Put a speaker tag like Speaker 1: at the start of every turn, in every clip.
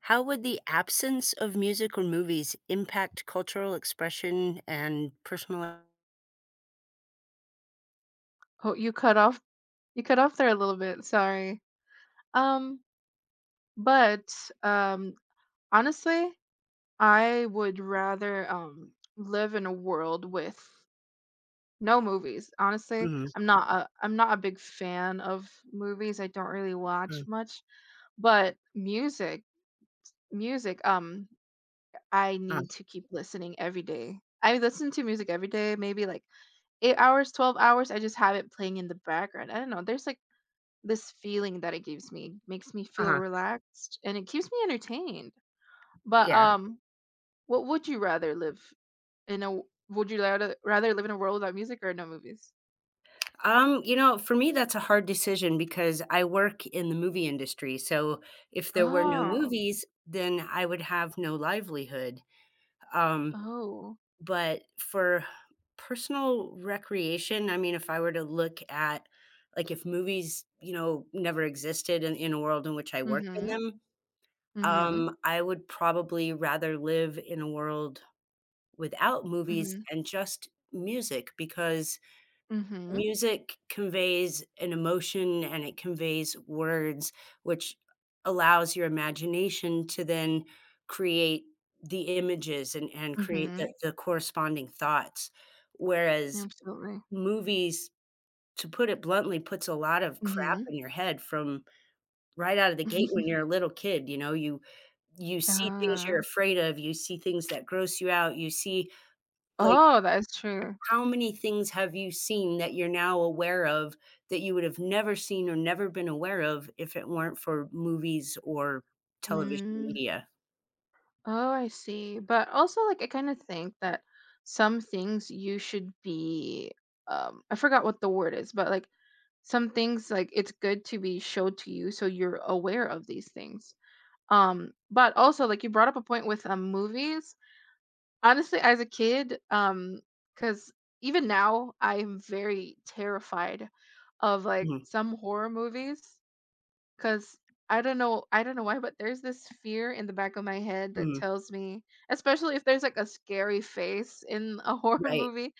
Speaker 1: How would the absence of music or movies impact cultural expression and personal?
Speaker 2: Oh, you cut off there a little bit, sorry. Um, but, um, Honestly, I would rather live in a world with no movies, honestly.
Speaker 1: Mhm.
Speaker 2: I'm not a big fan of movies, I don't really
Speaker 1: mm,
Speaker 2: watch much, but music, I
Speaker 1: uh,
Speaker 2: need to keep listening every day. I listen to music every day, maybe, 8 hours, 12 hours. I just have it playing in the background, I don't know, this feeling that it gives me makes me feel
Speaker 1: uh-huh,
Speaker 2: relaxed and it keeps me entertained. But
Speaker 1: yeah.
Speaker 2: what would you rather live in a? Would you rather live in a world without music or no movies?
Speaker 1: For me, that's a hard decision because I work in the movie industry. So if there were no
Speaker 2: Oh,
Speaker 1: movies, then I would have no livelihood. Um,
Speaker 2: oh,
Speaker 1: but for personal recreation, I mean, if I were to look at like if movies, never existed in a world in which I worked in
Speaker 2: mm-hmm,
Speaker 1: them,
Speaker 2: mm-hmm,
Speaker 1: I would probably rather live in a world without movies
Speaker 2: mm-hmm,
Speaker 1: and just music because
Speaker 2: mm-hmm,
Speaker 1: music conveys an emotion and it conveys words, which allows your imagination to then create the images and create
Speaker 2: mm-hmm,
Speaker 1: the corresponding thoughts. Whereas
Speaker 2: absolutely,
Speaker 1: movies, to put it bluntly, puts a lot of crap
Speaker 2: mm-hmm.
Speaker 1: in your head from right out of the gate when you're a little kid. You know, you see things you're
Speaker 2: Ah,
Speaker 1: afraid of, you see things that gross you out, you see like
Speaker 2: oh, that is true.
Speaker 1: how many things have you seen that you're now aware of that you would have never seen or never been aware of if it weren't for movies or television
Speaker 2: Mm.
Speaker 1: media?
Speaker 2: Oh, I see. But also, like, I kind of think that some things you should be, I forgot what the word is, but like some things, like, it's good to be showed to you so you're aware of these things. But also, like, you brought up a point with movies. Honestly, as a kid, because even now, I'm very terrified of like
Speaker 1: Mhm,
Speaker 2: some horror movies. 'Cause I don't know why, but there's this fear in the back of my head that
Speaker 1: mhm,
Speaker 2: tells me, especially if there's, like, a scary face in a horror
Speaker 1: right,
Speaker 2: movie.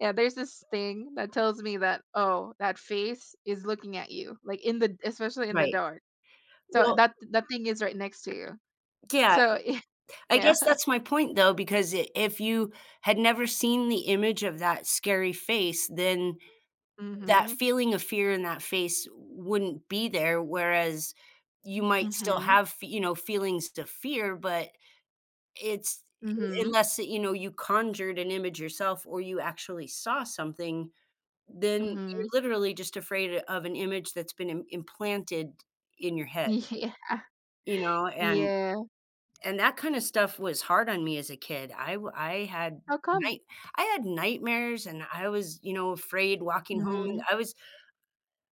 Speaker 2: Yeah, there's this thing that tells me that, "Oh, that face is looking at you," like, in the especially in the
Speaker 1: right.
Speaker 2: dark. So
Speaker 1: Well,
Speaker 2: that thing is right next to you.
Speaker 1: yeah,
Speaker 2: So, y
Speaker 1: I guess
Speaker 2: yeah.
Speaker 1: that's my point though, because I if you had never seen the image of that scary face, then that
Speaker 2: Mhm.
Speaker 1: feeling of fear in that face wouldn't be there, whereas you might still
Speaker 2: Mhm.
Speaker 1: have, f you know, feelings of fear, but it's
Speaker 2: Mhm.
Speaker 1: unless, you know, you conjured an image yourself or you actually saw something, then you're
Speaker 2: Mhm.
Speaker 1: literally just afraid of an image that's been im implanted in your head, you
Speaker 2: Yeah.
Speaker 1: know, and
Speaker 2: Yeah.
Speaker 1: and that kinda stuff was hard on me as a kid. I had
Speaker 2: How come?
Speaker 1: night I had nightmares and I was, you know, afraid walking home and
Speaker 2: Mhm.
Speaker 1: I was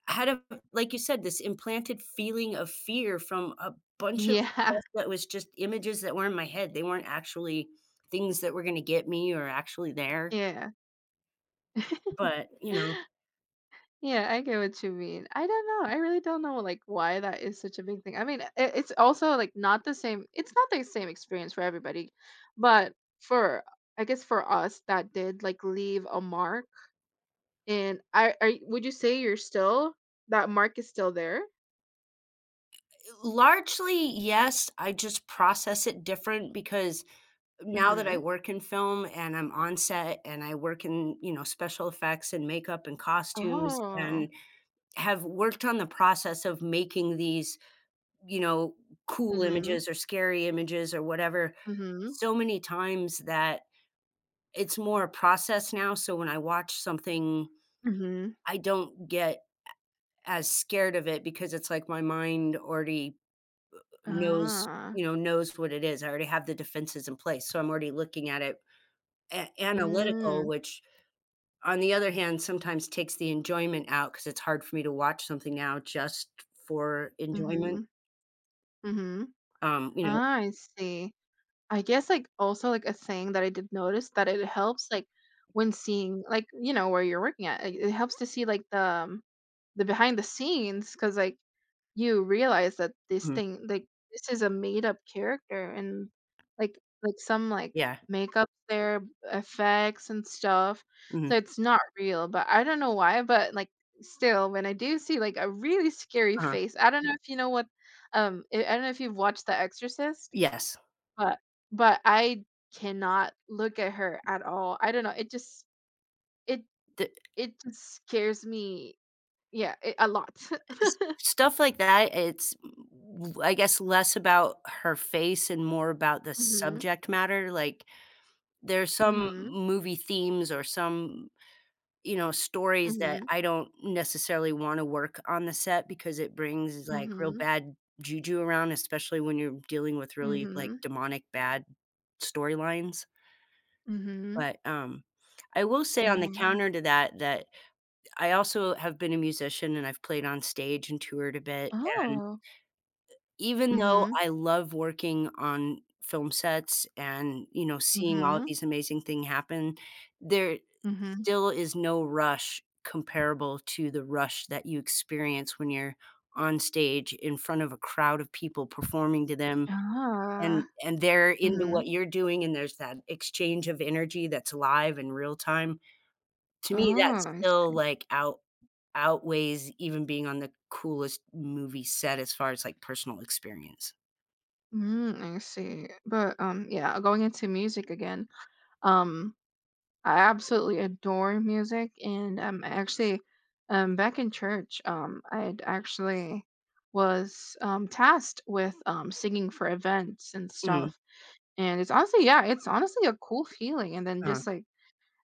Speaker 1: had a like you said, this implanted feeling of fear from a bunch of
Speaker 2: Yeah.
Speaker 1: stuff that was just images that were in my head. They weren't actually things that were gonna get me or actually there.
Speaker 2: Yeah.
Speaker 1: But, you know,
Speaker 2: Yeah, I get what you mean. I don't know. I really don't know, like, why that is such a big thing. I mean, I it's also, like, not the same it's not the same experience for everybody, but for I guess for us, that did, like, leave a mark, and would you say you're still that mark is still there?
Speaker 1: largely, yes, I just process it different because now that I
Speaker 2: Mhm.
Speaker 1: work in film and I'm on set and I work in, you know, special effects and makeup and costumes and
Speaker 2: Oh.
Speaker 1: have worked on the process of making these, you know, cool
Speaker 2: Mhm.
Speaker 1: images or scary images or whatever
Speaker 2: Mhm.
Speaker 1: so many times that it's more a process now, so when I watch something,
Speaker 2: Mhm.
Speaker 1: I don't get as scared of it because it's like my mind already knows,
Speaker 2: Ah.
Speaker 1: you know, knows what it is. I already have the defenses in place, so I'm already looking at it a analytical,
Speaker 2: Mm.
Speaker 1: which on the other hand, sometimes takes the enjoyment out because it's hard for me to watch something now just for enjoyment.
Speaker 2: Mhm. Mhm.
Speaker 1: Um, you know
Speaker 2: Ah, I see. I guess, like, also, like, a thing that I did notice that it helps, like, when seeing, like, you know, where you're working at, it helps to see, like, the behind the scenes because like, you realize that this
Speaker 1: Mhm.
Speaker 2: thing, like, this is a made up character and, like, like, some, like,
Speaker 1: Yeah.
Speaker 2: makeup there, effects and stuff,
Speaker 1: Mhm.
Speaker 2: so it's not real, but I don't know why, but, like, still, when I do see, like, a really scary
Speaker 1: Uh-huh.
Speaker 2: face. I don't know if you've watched The Exorcist?
Speaker 1: Yes.
Speaker 2: But but I cannot look at her at all. I don't know, it it just scares me, yeah, it a lot.
Speaker 1: S Stuff like that, it's w I guess, less about her face and more about the
Speaker 2: Mhm,
Speaker 1: subject matter, like, there's some
Speaker 2: mhm,
Speaker 1: movie themes or some, you know, stories that
Speaker 2: mhm,
Speaker 1: I don't necessarily wanna work on the set because it brings, like, real
Speaker 2: mhm,
Speaker 1: bad juju around, especially when you're dealing with really, like,
Speaker 2: mhm,
Speaker 1: demonic bad storylines,
Speaker 2: mhm,
Speaker 1: but, I will say on the counter
Speaker 2: yeah.
Speaker 1: to that, that I also have been a musician and I've played on stage and toured a bit, and
Speaker 2: Oh.
Speaker 1: even though
Speaker 2: Mhm,
Speaker 1: I love working on film sets and, you know, seeing all
Speaker 2: mhm,
Speaker 1: these amazing things happen, there
Speaker 2: mhm.
Speaker 1: still is no rush comparable to the rush that you experience when you're on stage in front of a crowd of people performing to them,
Speaker 2: Ah,
Speaker 1: and they're into
Speaker 2: mhm.
Speaker 1: what you're doing, and there's that exchange of energy that's live and real time. To me,
Speaker 2: Oh,
Speaker 1: that's
Speaker 2: I
Speaker 1: still,
Speaker 2: see.
Speaker 1: like, outweighs even being on the coolest movie set as far as, like, personal experience.
Speaker 2: Mm, I see. But, yeah, going into music again, um I absolutely adore music, and I actually, back in church, I had actually was tasked with singing for events and
Speaker 1: Mhm,
Speaker 2: stuff. And it's honestly, yeah, it's honestly a cool feeling. And then
Speaker 1: uh,
Speaker 2: just like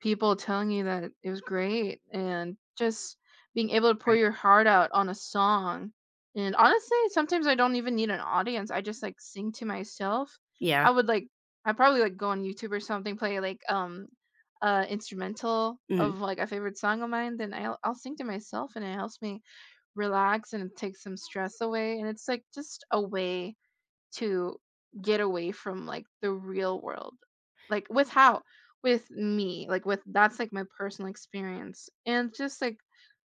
Speaker 2: people telling you that it was great, and just being able to pour
Speaker 1: right.
Speaker 2: your heart out on a song. And honestly, sometimes I don't even need an audience. I just like sing to myself.
Speaker 1: Yeah.
Speaker 2: I would like I probably like go on YouTube or something, play like instrumental
Speaker 1: Mhm,
Speaker 2: of like a favorite song of mine, then I'll sing to myself and it helps me relax, and it takes some stress away, and it's like just a way to get away from like the real world. Like with how with me, like with that's like my personal experience. And just like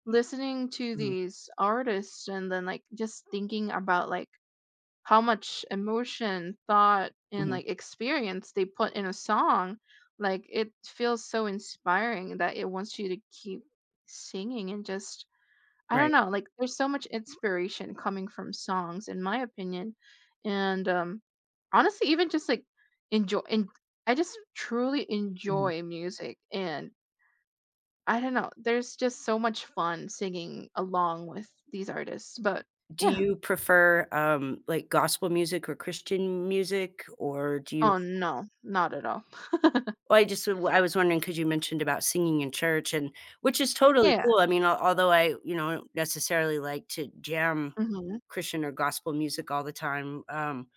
Speaker 2: listening to
Speaker 1: mhm,
Speaker 2: these artists and then like just thinking about like how much emotion, thought and
Speaker 1: mhm,
Speaker 2: like experience they put in a song, like it feels so inspiring that it wants you to keep singing, and just I don't
Speaker 1: right,
Speaker 2: know, like, there's so much inspiration coming from songs, in my opinion, and, honestly, even just, like, enjoy and I just truly
Speaker 1: mhm.
Speaker 2: enjoy music, and I don't know, there's just so much fun singing along with these artists, but
Speaker 1: Do
Speaker 2: yeah.
Speaker 1: you prefer, like, gospel music or Christian music, or do you?
Speaker 2: Oh, no, not at all.
Speaker 1: Well, I just I was wondering because you mentioned about singing in church and which is totally
Speaker 2: Yeah,
Speaker 1: cool, I mean, al although I, you know, don't necessarily like to jam
Speaker 2: mhm.
Speaker 1: Christian or gospel music all the time,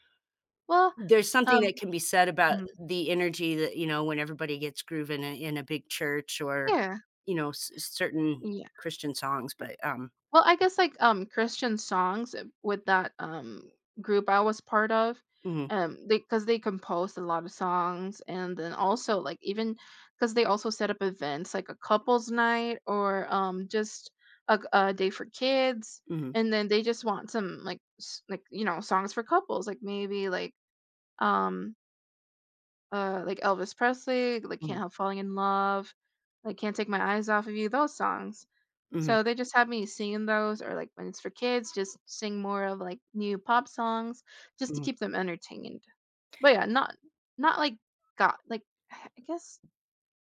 Speaker 2: Well,
Speaker 1: there's something
Speaker 2: um
Speaker 1: that can be said about
Speaker 2: mhm,
Speaker 1: the energy that, you know, when everybody gets grooving in a big church or,
Speaker 2: yeah,
Speaker 1: you know, c certain
Speaker 2: yeah.
Speaker 1: Christian songs, but, um,
Speaker 2: Well, I guess, like, Christian songs with that, group I was part of,
Speaker 1: mhm,
Speaker 2: they 'cause they composed a lot of songs, and then also, like, even because they also set up events, like a couple's night or, just a day for kids,
Speaker 1: mhm,
Speaker 2: and then they just want some, like, s like, you know, songs for couples, like, maybe, um, like Elvis Presley, like, Can't
Speaker 1: mhm,
Speaker 2: Help Falling in Love, like, Can't Take My Eyes Off of You, those songs.
Speaker 1: mhm,
Speaker 2: So they just have me singing those, or like when it's for kids, just sing more of like new pop songs just to
Speaker 1: mhm.
Speaker 2: keep them entertained. But yeah, not like God like I guess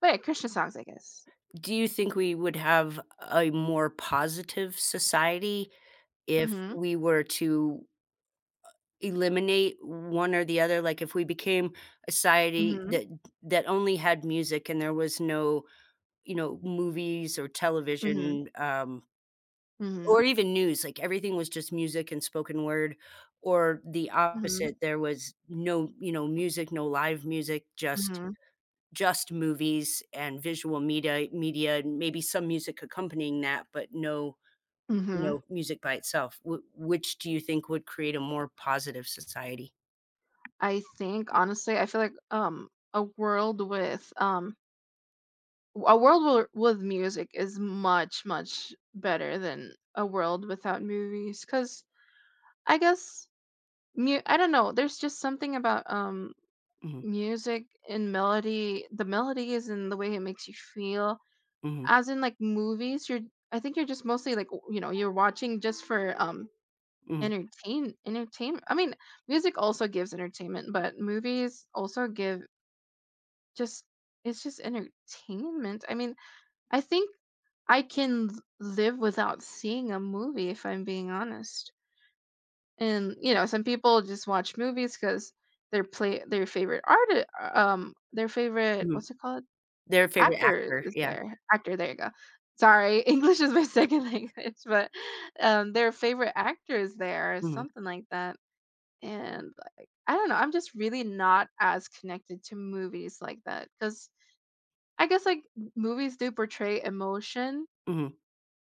Speaker 2: but yeah, Christian songs, I guess.
Speaker 1: Do you think we would have a more positive society if
Speaker 2: Mm-hmm.
Speaker 1: we were to eliminate one or the other, like, if we became a society
Speaker 2: Mm-hmm.
Speaker 1: that that only had music and there was no, you know, movies or
Speaker 2: Mm-hmm.
Speaker 1: television,
Speaker 2: Mm-hmm.
Speaker 1: or even news, like, everything was just music and spoken word, or the
Speaker 2: Mm-hmm.
Speaker 1: opposite, there was no, you know, music, no live music,
Speaker 2: Mm-hmm.
Speaker 1: just movies and visual media, and maybe some music accompanying that, but no, you
Speaker 2: Hmm.
Speaker 1: know, music by itself. Wh Which do you think would create a more positive society?
Speaker 2: I think honestly, I feel like a world with music is much better than a world without movies because I guess Mu I don't know, there's just something about,
Speaker 1: Mhm,
Speaker 2: music and melody the melody is in the way it makes you feel.
Speaker 1: mhm.
Speaker 2: As in, like, movies, you're I think you're just mostly, like, w you know, you're watching just for,
Speaker 1: Mhm,
Speaker 2: entertainment. I mean, music also gives entertainment, but movies also give just it's just entertainment. I mean, I think I can l live without seeing a movie, if I'm being honest. And, you know, some people just watch movies because their play their favorite arti their favorite
Speaker 1: mhm.
Speaker 2: what's it called?
Speaker 1: Their favorite
Speaker 2: Actor
Speaker 1: actor,
Speaker 2: is
Speaker 1: yeah.
Speaker 2: there. Actor, there you go. Sorry, English is my second language, but, their favorite actor is there or
Speaker 1: Mhm,
Speaker 2: something like that, and, like, I don't know, I'm just really not as connected to movies like that. Cause I guess, like, movies do portray emotion,
Speaker 1: mhm,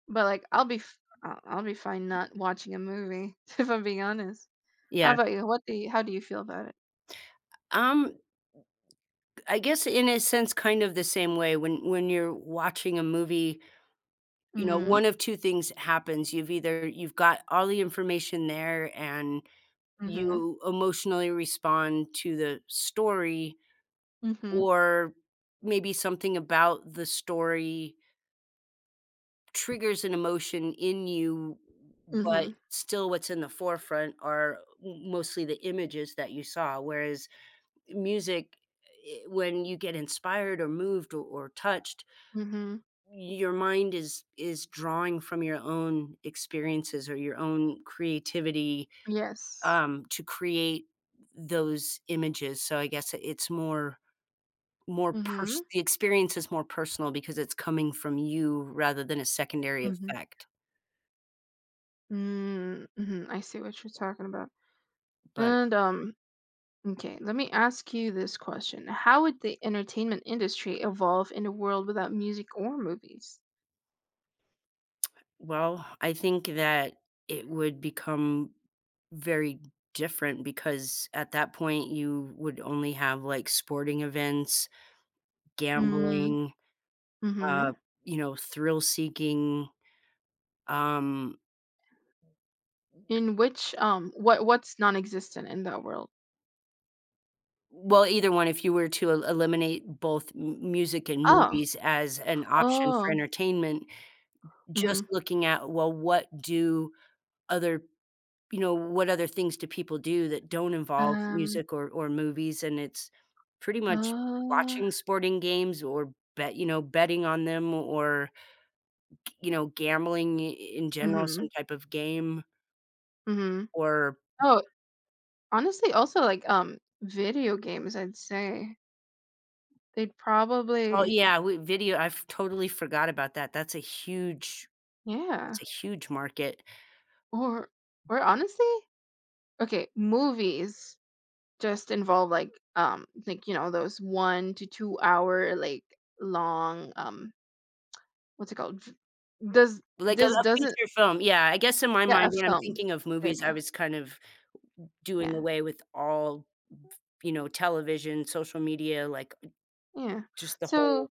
Speaker 2: but, like, I'll be fine not watching a movie, if I'm being honest. How
Speaker 1: yeah.
Speaker 2: about you? What do you how do you feel about it?
Speaker 1: Um, I guess in a sense, kind of the same way when you're watching a movie, you know, one
Speaker 2: Mhm.
Speaker 1: of 2 things happens. You've got all the information there and
Speaker 2: Mhm.
Speaker 1: you emotionally respond to the story,
Speaker 2: Mhm.
Speaker 1: or maybe something about the story triggers an emotion in you, but
Speaker 2: Mhm.
Speaker 1: still what's in the forefront are mostly the images that you saw, whereas music, when you get inspired or moved or touched,
Speaker 2: Mhm.
Speaker 1: your mind is drawing from your own experiences or your own creativity,
Speaker 2: Yes.
Speaker 1: to create those images. So I guess it's more
Speaker 2: Mhm.
Speaker 1: the experience is more personal because it's coming from you rather than a secondary
Speaker 2: Mhm.
Speaker 1: effect.
Speaker 2: Mm, mhm. I see what you're talking about.
Speaker 1: But
Speaker 2: And, okay, let me ask you this question. How would the entertainment industry evolve in a world without music or movies?
Speaker 1: well, I think that it would become very different because at that point you would only have like sporting events,
Speaker 2: Mm,
Speaker 1: gambling, uh,
Speaker 2: mhm.
Speaker 1: you know, thrill seeking. Um,
Speaker 2: In which, what's non-existent in that world?
Speaker 1: well, either one, if you were to eliminate both music and
Speaker 2: Oh.
Speaker 1: movies as an option for
Speaker 2: Oh.
Speaker 1: entertainment, just
Speaker 2: Mhm.
Speaker 1: looking at, well, what do other, you know, what other things do people do that don't involve
Speaker 2: Um,
Speaker 1: music or movies, and it's pretty much
Speaker 2: uh,
Speaker 1: watching sporting games or bet you know, betting on them or, you know, gambling I in general, some
Speaker 2: mhm.
Speaker 1: type of game
Speaker 2: Mhm.
Speaker 1: or
Speaker 2: Oh, honestly, also, like, video games, I'd say. They'd
Speaker 1: oh,
Speaker 2: probably
Speaker 1: yeah, we video I've totally forgot about that, that's a huge,
Speaker 2: yeah.
Speaker 1: that's a huge market.
Speaker 2: Or or honestly okay, movies just involve, like, you know, those 1 to 2 hour, like, long, what's it called? V does
Speaker 1: Like
Speaker 2: this
Speaker 1: a
Speaker 2: doesn't
Speaker 1: feature film, yeah, I guess in my
Speaker 2: yeah,
Speaker 1: mind,
Speaker 2: a
Speaker 1: when I'm
Speaker 2: film.
Speaker 1: thinking of
Speaker 2: There you
Speaker 1: movies, I
Speaker 2: go.
Speaker 1: was kind of doing
Speaker 2: Yeah,
Speaker 1: away with all, you know, television, social media, like
Speaker 2: yeah.
Speaker 1: just the whole
Speaker 2: So,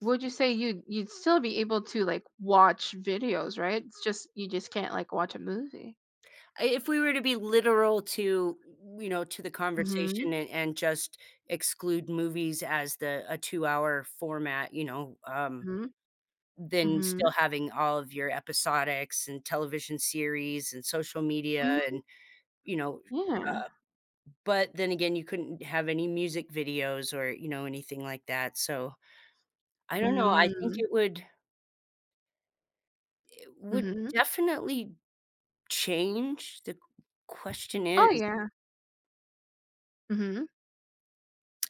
Speaker 2: would you say you'd still be able to, like, watch videos, right? It's just you just can't, like, watch a movie.
Speaker 1: I if we were to be literal to, you know, to the conversation
Speaker 2: Mhm,
Speaker 1: and just exclude movies as the a two-hour format, you know,
Speaker 2: mhm,
Speaker 1: then still
Speaker 2: mhm.
Speaker 1: having all of your episodics and television series and social media
Speaker 2: Mhm,
Speaker 1: and, you know,
Speaker 2: yeah.
Speaker 1: uh, but then again, you couldn't have any music videos or, you know, anything like that, so I don't know, I think
Speaker 2: Mm,
Speaker 1: it would, it would
Speaker 2: mhm.
Speaker 1: definitely change. The question
Speaker 2: Oh,
Speaker 1: is
Speaker 2: yeah. Mhm,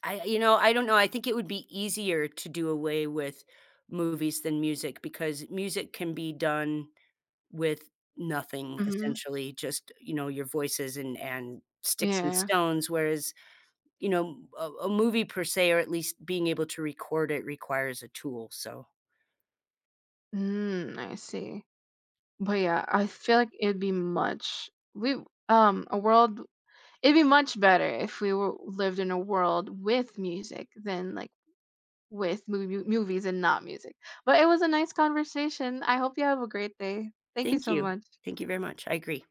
Speaker 1: I, you know, I don't know, I think it would be easier to do away with movies than music because music can be done with nothing,
Speaker 2: mhm.
Speaker 1: essentially, just, you know, your voices and sticks and
Speaker 2: Yeah.
Speaker 1: stones, whereas, you know, a movie per se, or at least being able to record it requires a tool, so
Speaker 2: Mm, I see. But, yeah, I feel like it'd be much we a world it'd be much better if we were lived in a world with music than, like, with movies and not music. But it was a nice conversation. I hope you have a great day. Thank you
Speaker 1: thank
Speaker 2: so
Speaker 1: you.
Speaker 2: much.
Speaker 1: Thank you very much, I agree.